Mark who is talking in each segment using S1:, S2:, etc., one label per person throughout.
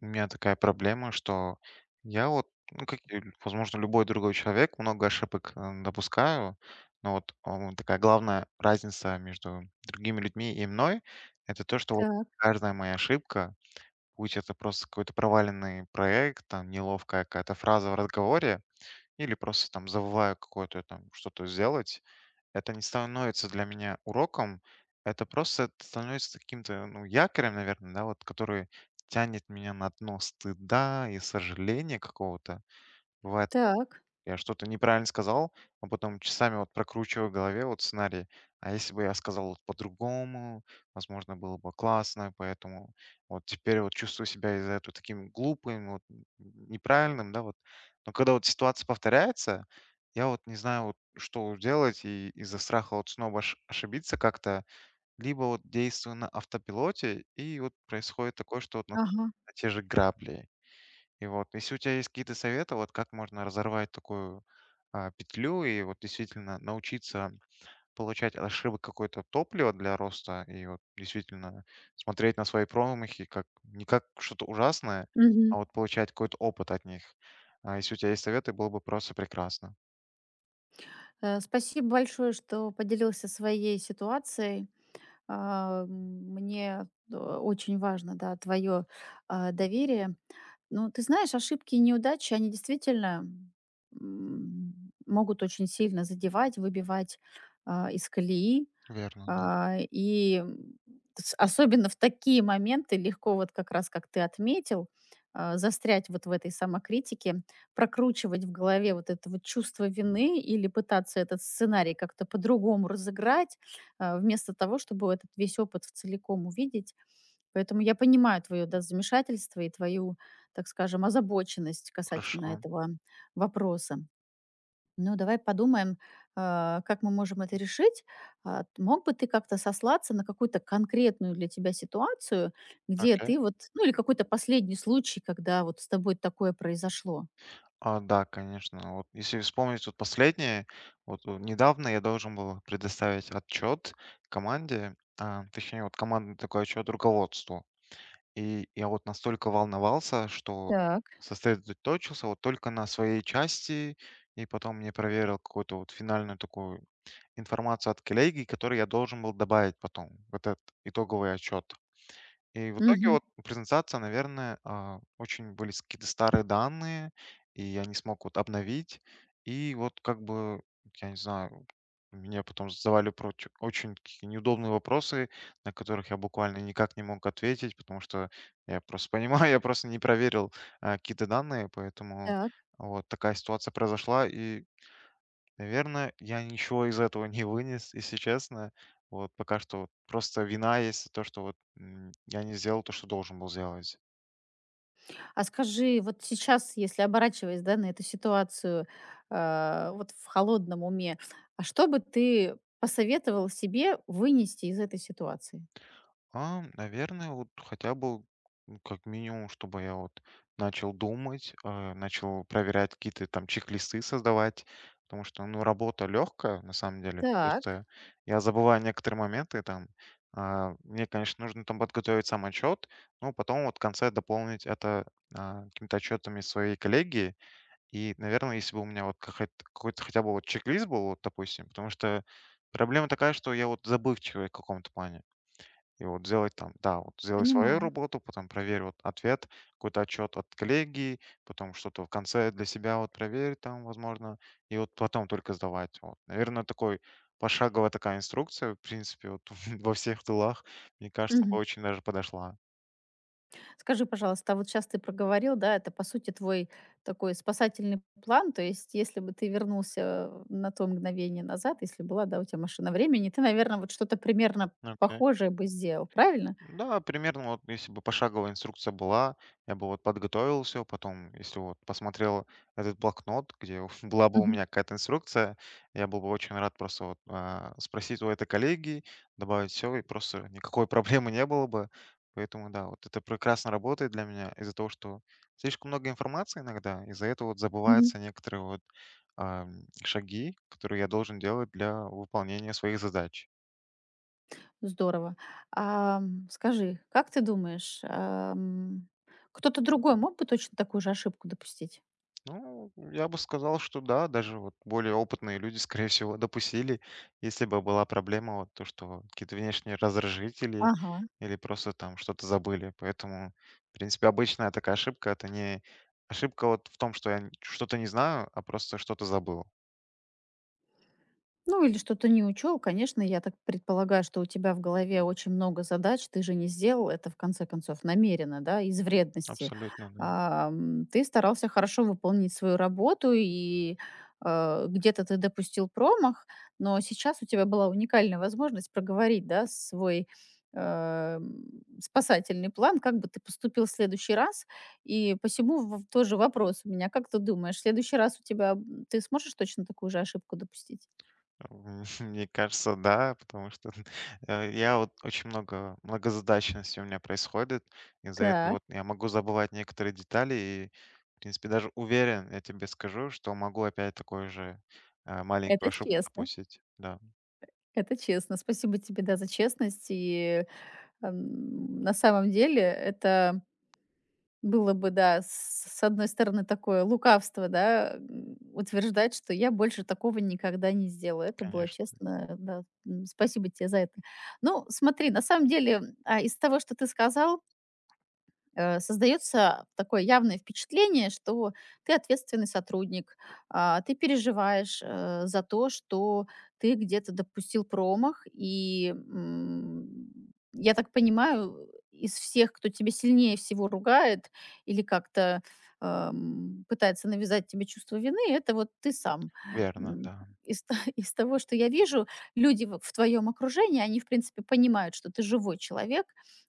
S1: У меня такая проблема, что я вот, ну, как и, возможно, любой другой человек, много ошибок допускаю, но вот такая главная разница между другими людьми и мной, это то, что вот
S2: Так,
S1: каждая моя ошибка, будь это просто какой-то проваленный проект, там, неловкая какая-то фраза в разговоре, или просто там забываю какое-то там что-то сделать, это не становится для меня уроком, это просто т становится каким-то, ну, якорем, наверное, да, вот который тянет меня на дно стыда и сожаления какого-то. Бывает
S2: так.
S1: я что-то неправильно сказал, а потом часами вот прокручиваю в голове вот сценарий. А если бы я сказал вот по-другому, возможно, было бы классно, поэтому вот теперь вот чувствую себя из-за этого таким глупым, вот неправильным, да, вот. Но когда вот ситуация повторяется, я вот не знаю, вот, что делать, и из-за страха вот снова ошибиться как-то, либо вот действую на автопилоте, и вот происходит такое, что вот на
S2: Ага.
S1: на те же грабли. И вот, если у тебя есть какие-то советы, вот как можно разорвать такую петлю и вот действительно научиться получать от ошибок какое-то топливо для роста и вот действительно смотреть на свои промахи как не как что-то ужасное,
S2: Мгм.
S1: а вот получать какой-то опыт от них. Если у тебя есть советы, было бы просто прекрасно.
S2: Спасибо большое, что поделился своей ситуацией. Мне очень важно, да, твое доверие. Ну, ты знаешь, ошибки и неудачи, они действительно, могут очень сильно задевать, выбивать, из колеи.
S1: Верно, да.
S2: А, и, с Особенно в такие моменты легко, вот как раз как ты отметил, застрять вот в этой самокритике, прокручивать в голове вот это вот чувство вины или пытаться этот сценарий как-то по-другому разыграть, вместо того, чтобы этот весь опыт в целиком увидеть. Поэтому я понимаю твое, да, замешательство и твою, так скажем, озабоченность касательно
S1: Хорошо.
S2: этого вопроса. Ну, давай подумаем, как мы можем это решить. Мог бы ты как-то сослаться на какую-то конкретную для тебя ситуацию, где
S1: Окей.
S2: ты вот, ну или какой-то последний случай, когда вот с тобой такое произошло?
S1: Да, конечно. Вот если вспомнить вот последнее, вот, недавно я должен был предоставить отчет команде, а, точнее, вот командный такой отчет руководству. И я вот настолько волновался, что
S2: Так.
S1: сосредоточился вот только на своей части, и потом мне проверил какую-то вот финальную такую информацию от коллеги, которую я должен был добавить потом в этот итоговый отчет. И в итоге
S2: Мгм.
S1: вот презентация, наверное, очень были какие-то старые данные, и я не смог вот обновить. И вот как бы, я не знаю, мне потом задавали очень такие неудобные вопросы, на которых я буквально никак не мог ответить, потому что я просто понимаю, я просто не проверил какие-то данные, поэтому
S2: Так.
S1: вот такая ситуация произошла, и наверное, я ничего из этого не вынес, если честно. Вот пока что вот просто вина есть за то, что вот я не сделал то, что должен был сделать.
S2: А скажи, вот сейчас, если оборачиваясь, да, на эту ситуацию, вот в холодном уме, а что бы ты посоветовал себе вынести из этой ситуации?
S1: Наверное, вот хотя бы ну, как минимум, чтобы я вот начал думать, начал проверять какие-то там чек-листы создавать, потому что, ну, работа легкая, на самом деле.
S2: Так.
S1: Просто я забываю некоторые моменты там. А, мне, конечно, нужно там подготовить сам отчет, но потом вот в конце дополнить это какими-то отчетами своей коллеги. И, наверное, если бы у меня вот какой-то хотя бы вот чек-лист был, вот, допустим, потому что проблема такая, что я вот забывчивый в каком-то плане. И вот сделать там, да, вот сделай свою
S2: Понимаю.
S1: работу, потом проверь вот ответ, какой-то отчет от коллеги, потом что-то в конце для себя вот проверь там, возможно, и вот потом только сдавать. Вот. Наверное, такой пошаговая такая инструкция, в принципе, вот во всех тылах, мне кажется, бы
S2: Мгм.
S1: очень даже подошла.
S2: Скажи, пожалуйста, а вот сейчас ты проговорил, да, это по сути твой такой спасательный план, то есть если бы ты вернулся на то мгновение назад, если была, да, у тебя машина времени, ты, наверное, вот что-то примерно
S1: Окей.
S2: похожее бы сделал, правильно?
S1: Да, примерно вот если бы пошаговая инструкция была, я бы вот подготовился, потом, если вот посмотрел этот блокнот, где была бы у
S2: Мгм.
S1: меня какая-то инструкция, я был бы очень рад просто вот, спросить у этой коллеги, добавить все, и просто никакой проблемы не было бы. Поэтому да, вот это прекрасно работает для меня из-за того, что слишком много информации иногда, из-за этого вот
S2: Мгм.
S1: забываются некоторые вот шаги, которые я должен делать для выполнения своих задач.
S2: Здорово. Скажи, как ты думаешь, кто-то другой мог бы точно такую же ошибку допустить?
S1: Ну, я бы сказал, что да, даже вот более опытные люди, скорее всего, допустили, если бы была проблема, вот то, что какие-то внешние раздражители
S2: Ага.
S1: или просто там что-то забыли. Поэтому, в принципе, обычная такая ошибка, это не ошибка вот в том, что я что-то не знаю, а просто что-то забыл.
S2: Ну, или что-то не учел. Конечно, я так предполагаю, что у тебя в голове очень много задач. Ты же не сделал это, в конце концов, намеренно, да, из вредности.
S1: Абсолютно, да.
S2: Ты старался хорошо выполнить свою работу, и где-то ты допустил промах, но сейчас у тебя была уникальная возможность проговорить, да, свой э, м, спасательный план, как бы ты поступил в следующий раз. И посему тоже вопрос у меня. Как ты думаешь, в следующий раз ты сможешь точно такую же ошибку допустить?
S1: М, Мне кажется, да, потому что я вот очень много многозадачности у меня происходит. Из-за этого
S2: Так,
S1: вот я могу забывать некоторые детали и, в принципе, даже уверен, я тебе скажу, что могу опять такую же маленькую
S2: это
S1: ошибку
S2: честно,
S1: допустить. Да,
S2: это честно. Спасибо тебе, да, за честность. И, на самом деле это было бы, да, с одной стороны, такое лукавство, да, утверждать, что я больше такого никогда не сделаю. Это было
S1: конечно.
S2: честно, да. Спасибо тебе за это. Ну, смотри, на самом деле, из того, что ты сказал, создается такое явное впечатление, что ты ответственный сотрудник, ты переживаешь за то, что ты где-то допустил промах, и я так понимаю, из всех, кто тебе сильнее всего ругает или как-то пытается навязать тебе чувство вины, это вот ты сам.
S1: Верно,
S2: М,
S1: да,
S2: Из того, что я вижу, люди в твоем окружении, они, в принципе, понимают, что ты живой человек,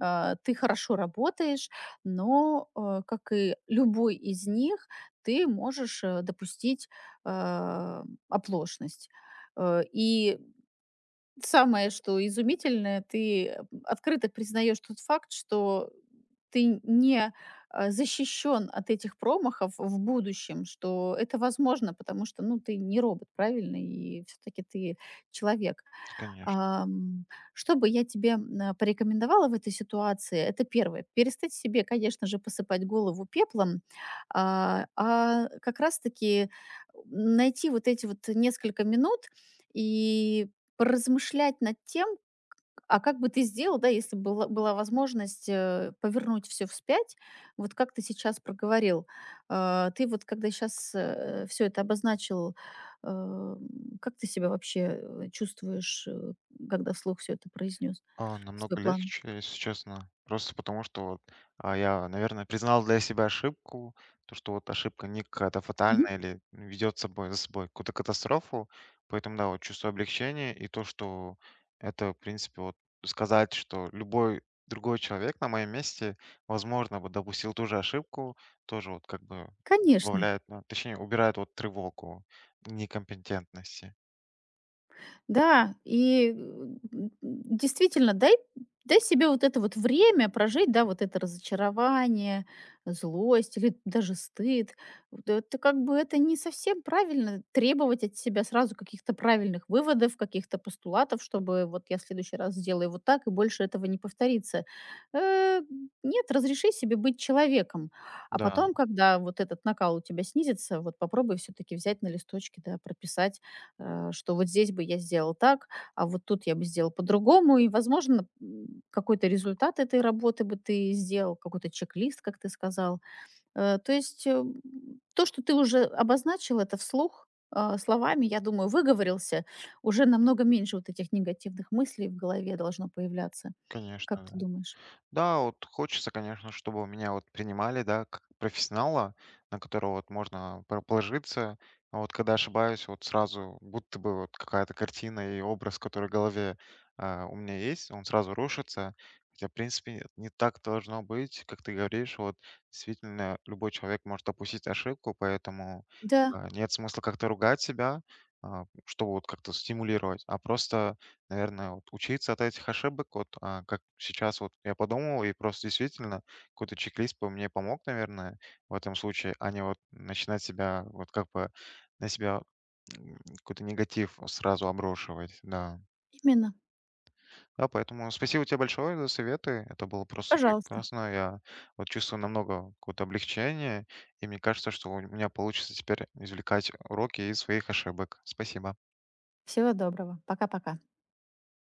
S2: ты хорошо работаешь, но как и любой из них, ты можешь допустить э, оплошность. Э, и Самое, что изумительное, ты открыто признаешь тот факт, что ты не защищен от этих промахов в будущем, что это возможно, потому что, ну, ты не робот, правильно? И все таки ты человек.
S1: конечно.
S2: Ам, Что бы я тебе, порекомендовала в этой ситуации? Это первое: перестать себе, конечно же, посыпать голову пеплом, как раз таки найти вот эти вот несколько минут и поразмышлять над тем, а как бы ты сделал, да, если была возможность повернуть все вспять, вот как ты сейчас проговорил. Ты вот когда сейчас все это обозначил, э, как ты себя вообще чувствуешь, когда вслух все это произнес,
S1: А,
S2: свой
S1: намного
S2: план?
S1: легче, если честно. Просто потому что вот, я, наверное, признал для себя ошибку, то, что вот ошибка не какая-то
S2: Мгм.
S1: фатальная или ведет собой, за собой какую-то катастрофу. Поэтому, да, вот чувство облегчения и то, что это, в принципе, вот сказать, что любой другой человек на моем месте, возможно, бы допустил ту же ошибку, тоже вот как бы
S2: Конечно.
S1: добавляет, ну, точнее, убирает вот тревогу некомпетентности.
S2: Да, и, действительно, дай себе вот это вот время прожить, да, вот это разочарование, злость или даже стыд. Вот это как бы это не совсем правильно требовать от себя сразу каких-то правильных выводов, каких-то постулатов, чтобы вот я в следующий раз сделаю вот так, и больше этого не повторится. Э, нет, разреши себе быть человеком. А
S1: Да,
S2: потом, когда вот этот накал у тебя снизится, вот попробуй все-таки взять на листочке, да, прописать что вот здесь бы я сделал так, а вот тут я бы сделал по-другому. И, возможно, какой-то результат этой работы бы ты сделал, какой-то чек-лист, как ты сказал. То есть то, что ты уже обозначил это вслух словами, я думаю, выговорился, уже намного меньше вот этих негативных мыслей в голове должно появляться. Как
S1: конечно.
S2: ты думаешь?
S1: Да, вот хочется, конечно, чтобы меня вот принимали, да, как профессионала, на которого вот можно положиться. А вот когда ошибаюсь, вот сразу будто бы вот какая-то картина и образ, который в голове у меня есть, он сразу рушится. Хотя, в принципе, не так должно быть, как ты говоришь. Вот действительно любой человек может допустить ошибку, поэтому
S2: Да,
S1: нет смысла как-то ругать себя, чтобы вот как-то стимулировать, а просто наверное, вот учиться от этих ошибок, вот, как сейчас вот я подумал, и просто действительно какой-то чек-лист бы мне помог, наверное, в этом случае, а не вот начинать себя, вот как бы на себя какой-то негатив сразу обрушивать, да.
S2: именно.
S1: Да, поэтому спасибо тебе большое за советы, это было просто
S2: Пожалуйста.
S1: прекрасно, я вот чувствую намного какое-то облегчение, и мне кажется, что у меня получится теперь извлекать уроки из своих ошибок. Спасибо.
S2: Всего доброго. Пока-пока.